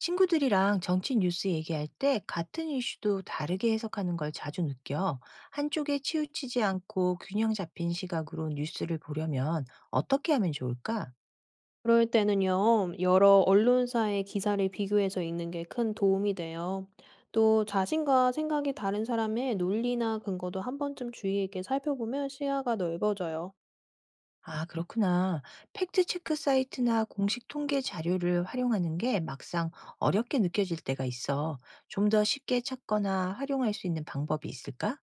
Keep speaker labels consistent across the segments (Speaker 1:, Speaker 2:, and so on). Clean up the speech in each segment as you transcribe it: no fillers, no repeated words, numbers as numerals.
Speaker 1: 친구들이랑 정치 뉴스 얘기할 때 같은 이슈도 다르게 해석하는 걸 자주 느껴. 한쪽에 치우치지 않고 균형 잡힌 시각으로 뉴스를 보려면 어떻게 하면 좋을까?
Speaker 2: 그럴 때는요, 여러 언론사의 기사를 비교해서 읽는 게 큰 도움이 돼요. 또 자신과 생각이 다른 사람의 논리나 근거도 한 번쯤 주의 있게 살펴보면 시야가 넓어져요.
Speaker 1: 아, 그렇구나. 팩트체크 사이트나 공식 통계 자료를 활용하는 게 막상 어렵게 느껴질 때가 있어. 좀 더 쉽게 찾거나 활용할 수 있는 방법이 있을까?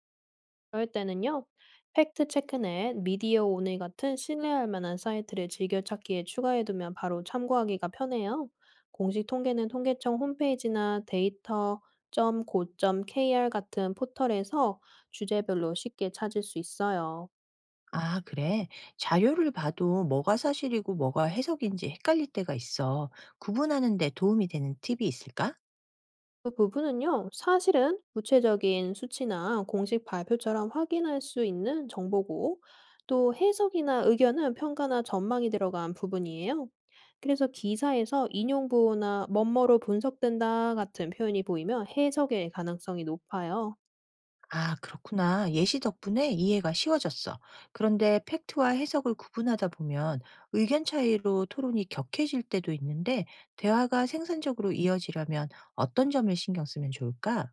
Speaker 2: 그럴 때는요, 팩트 체크넷, 미디어 오늘 같은 신뢰할 만한 사이트를 즐겨찾기에 추가해두면 바로 참고하기가 편해요. 공식 통계는 통계청 홈페이지나 데이터.go.kr 같은 포털에서 주제별로 쉽게 찾을 수 있어요.
Speaker 1: 아, 그래. 자료를 봐도 뭐가 사실이고 뭐가 해석인지 헷갈릴 때가 있어. 구분하는 데 도움이 되는 팁이 있을까?
Speaker 2: 그 부분은요, 사실은 구체적인 수치나 공식 발표처럼 확인할 수 있는 정보고, 또 해석이나 의견은 평가나 전망이 들어간 부분이에요. 그래서 기사에서 인용부호나 뭐뭐로 분석된다 같은 표현이 보이면 해석의 가능성이 높아요.
Speaker 1: 아, 그렇구나. 예시 덕분에 이해가 쉬워졌어. 그런데 팩트와 해석을 구분하다 보면 의견 차이로 토론이 격해질 때도 있는데 대화가 생산적으로 이어지려면 어떤 점을 신경 쓰면 좋을까?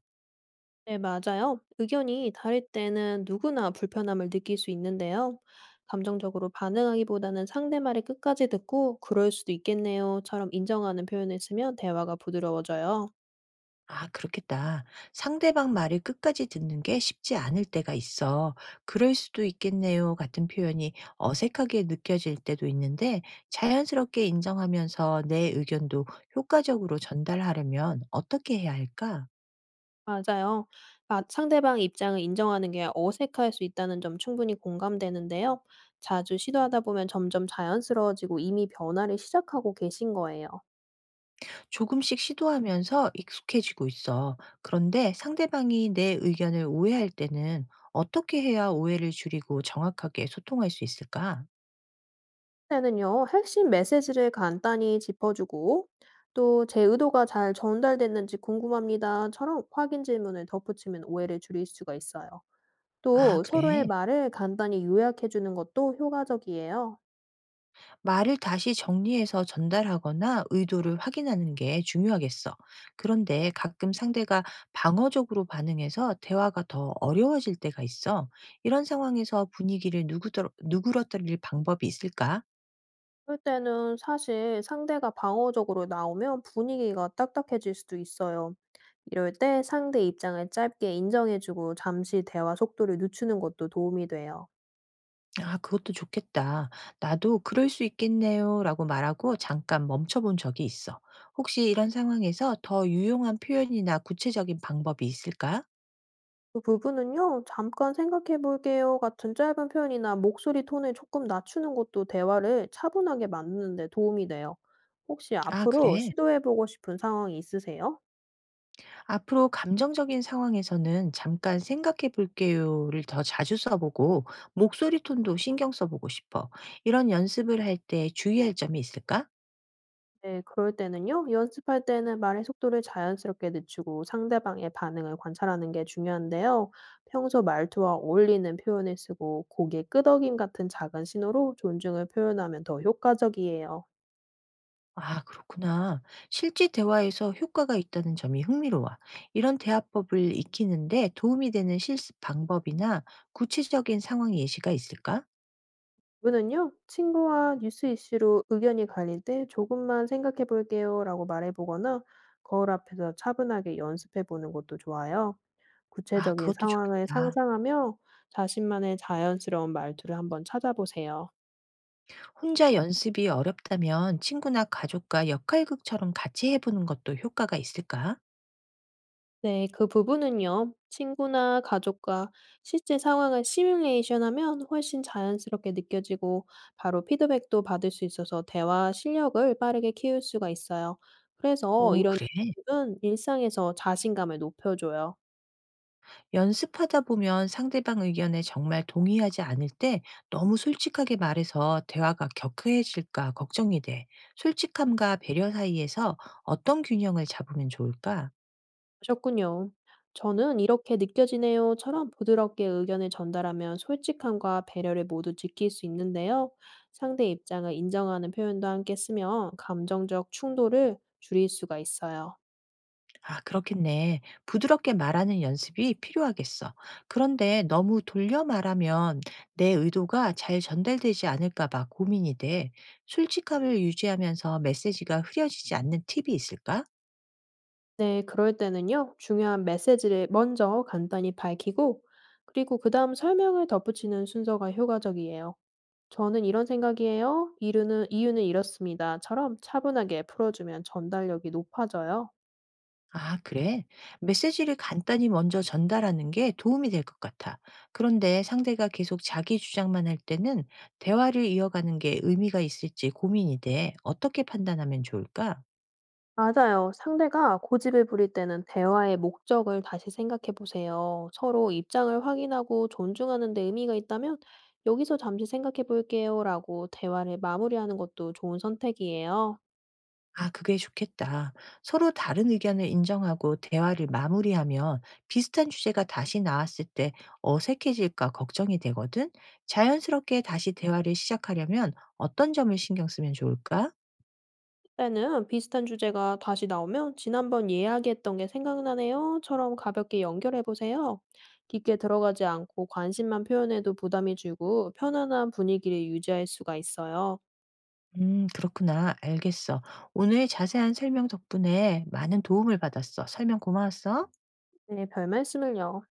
Speaker 2: 네, 맞아요. 의견이 다를 때는 누구나 불편함을 느낄 수 있는데요. 감정적으로 반응하기보다는 상대 말을 끝까지 듣고, 그럴 수도 있겠네요처럼 인정하는 표현을 쓰면 대화가 부드러워져요.
Speaker 1: 아, 그렇겠다. 상대방 말을 끝까지 듣는 게 쉽지 않을 때가 있어. 그럴 수도 있겠네요. 같은 표현이 어색하게 느껴질 때도 있는데 자연스럽게 인정하면서 내 의견도 효과적으로 전달하려면 어떻게 해야 할까?
Speaker 2: 맞아요. 아, 상대방 입장을 인정하는 게 어색할 수 있다는 점 충분히 공감되는데요. 자주 시도하다 보면 점점 자연스러워지고 이미 변화를 시작하고 계신 거예요.
Speaker 1: 조금씩 시도하면서 익숙해지고 있어. 그런데 상대방이 내 의견을 오해할 때는 어떻게 해야 오해를 줄이고 정확하게 소통할 수 있을까?
Speaker 2: 때는요, 핵심 메시지를 간단히 짚어주고 또 제 의도가 잘 전달됐는지 궁금합니다처럼 확인 질문을 덧붙이면 오해를 줄일 수가 있어요.
Speaker 1: 아,
Speaker 2: 또 서로의
Speaker 1: 그래.
Speaker 2: 말을 간단히 요약해주는 것도 효과적이에요.
Speaker 1: 말을 다시 정리해서 전달하거나 의도를 확인하는 게 중요하겠어. 그런데 가끔 상대가 방어적으로 반응해서 대화가 더 어려워질 때가 있어. 이런 상황에서 분위기를 누그러뜨릴 방법이 있을까?
Speaker 2: 그럴 때는 사실 상대가 방어적으로 나오면 분위기가 딱딱해질 수도 있어요. 이럴 때 상대 입장을 짧게 인정해주고 잠시 대화 속도를 늦추는 것도 도움이 돼요.
Speaker 1: 아, 그것도 좋겠다. 나도 그럴 수 있겠네요. 라고 말하고 잠깐 멈춰본 적이 있어. 혹시 이런 상황에서 더 유용한 표현이나 구체적인 방법이 있을까?
Speaker 2: 그 부분은요, 잠깐 생각해 볼게요 같은 짧은 표현이나 목소리 톤을 조금 낮추는 것도 대화를 차분하게 만드는 데 도움이 돼요. 혹시
Speaker 1: 아,
Speaker 2: 앞으로
Speaker 1: 그래.
Speaker 2: 시도해 보고 싶은 상황이 있으세요?
Speaker 1: 앞으로 감정적인 상황에서는 "잠깐 생각해 볼게요."를 더 자주 써보고 목소리 톤도 신경 써보고 싶어. 이런 연습을 할 때 주의할 점이 있을까?
Speaker 2: 네. 그럴 때는요. 연습할 때는 말의 속도를 자연스럽게 늦추고 상대방의 반응을 관찰하는 게 중요한데요. 평소 말투와 어울리는 표현을 쓰고 고개 끄덕임 같은 작은 신호로 존중을 표현하면 더 효과적이에요.
Speaker 1: 아, 그렇구나. 실제 대화에서 효과가 있다는 점이 흥미로워. 이런 대화법을 익히는데 도움이 되는 실습 방법이나 구체적인 상황 예시가 있을까?
Speaker 2: 이분은요. 친구와 뉴스 이슈로 의견이 갈릴 때 "조금만 생각해 볼게요."라고 말해 보거나 거울 앞에서 차분하게 연습해 보는 것도 좋아요.
Speaker 1: 아,
Speaker 2: 구체적인
Speaker 1: 그것도
Speaker 2: 상황을
Speaker 1: 좋겠다.
Speaker 2: 상상하며 자신만의 자연스러운 말투를 한번 찾아보세요.
Speaker 1: 혼자 연습이 어렵다면 친구나 가족과 역할극처럼 같이 해보는 것도 효과가 있을까?
Speaker 2: 네, 그 부분은요. 친구나 가족과 실제 상황을 시뮬레이션 하면 훨씬 자연스럽게 느껴지고 바로 피드백도 받을 수 있어서 대화 실력을 빠르게 키울 수가 있어요. 그래서
Speaker 1: 오,
Speaker 2: 이런
Speaker 1: 그래?
Speaker 2: 연습은 일상에서 자신감을 높여줘요.
Speaker 1: 연습하다 보면 상대방 의견에 정말 동의하지 않을 때 너무 솔직하게 말해서 대화가 격해질까 걱정이 돼. 솔직함과 배려 사이에서 어떤 균형을 잡으면 좋을까?
Speaker 2: 하셨군요. 저는 이렇게 느껴지네요처럼 부드럽게 의견을 전달하면 솔직함과 배려를 모두 지킬 수 있는데요. 상대 입장을 인정하는 표현도 함께 쓰면 감정적 충돌을 줄일 수가 있어요.
Speaker 1: 아, 그렇겠네. 부드럽게 말하는 연습이 필요하겠어. 그런데 너무 돌려 말하면 내 의도가 잘 전달되지 않을까봐 고민이 돼. 솔직함을 유지하면서 메시지가 흐려지지 않는 팁이 있을까?
Speaker 2: 네, 그럴 때는요, 중요한 메시지를 먼저 간단히 밝히고, 그리고 그 다음 설명을 덧붙이는 순서가 효과적이에요. 저는 이런 생각이에요. 이유는 이렇습니다처럼 차분하게 풀어주면 전달력이 높아져요.
Speaker 1: 아, 그래? 메시지를 간단히 먼저 전달하는 게 도움이 될 것 같아. 그런데 상대가 계속 자기 주장만 할 때는 대화를 이어가는 게 의미가 있을지 고민이 돼. 어떻게 판단하면 좋을까?
Speaker 2: 맞아요. 상대가 고집을 부릴 때는 대화의 목적을 다시 생각해 보세요. 서로 입장을 확인하고 존중하는 데 의미가 있다면, 여기서 잠시 생각해 볼게요. 라고 대화를 마무리하는 것도 좋은 선택이에요.
Speaker 1: 아, 그게 좋겠다. 서로 다른 의견을 인정하고 대화를 마무리하면 비슷한 주제가 다시 나왔을 때 어색해질까 걱정이 되거든? 자연스럽게 다시 대화를 시작하려면 어떤 점을 신경 쓰면 좋을까?
Speaker 2: 때는 비슷한 주제가 다시 나오면 지난번 이야기했던 게 생각나네요처럼 가볍게 연결해 보세요. 깊게 들어가지 않고 관심만 표현해도 부담이 줄고 편안한 분위기를 유지할 수가 있어요.
Speaker 1: 그렇구나. 알겠어. 오늘 자세한 설명 덕분에 많은 도움을 받았어. 설명 고마웠어.
Speaker 2: 네, 별 말씀을요.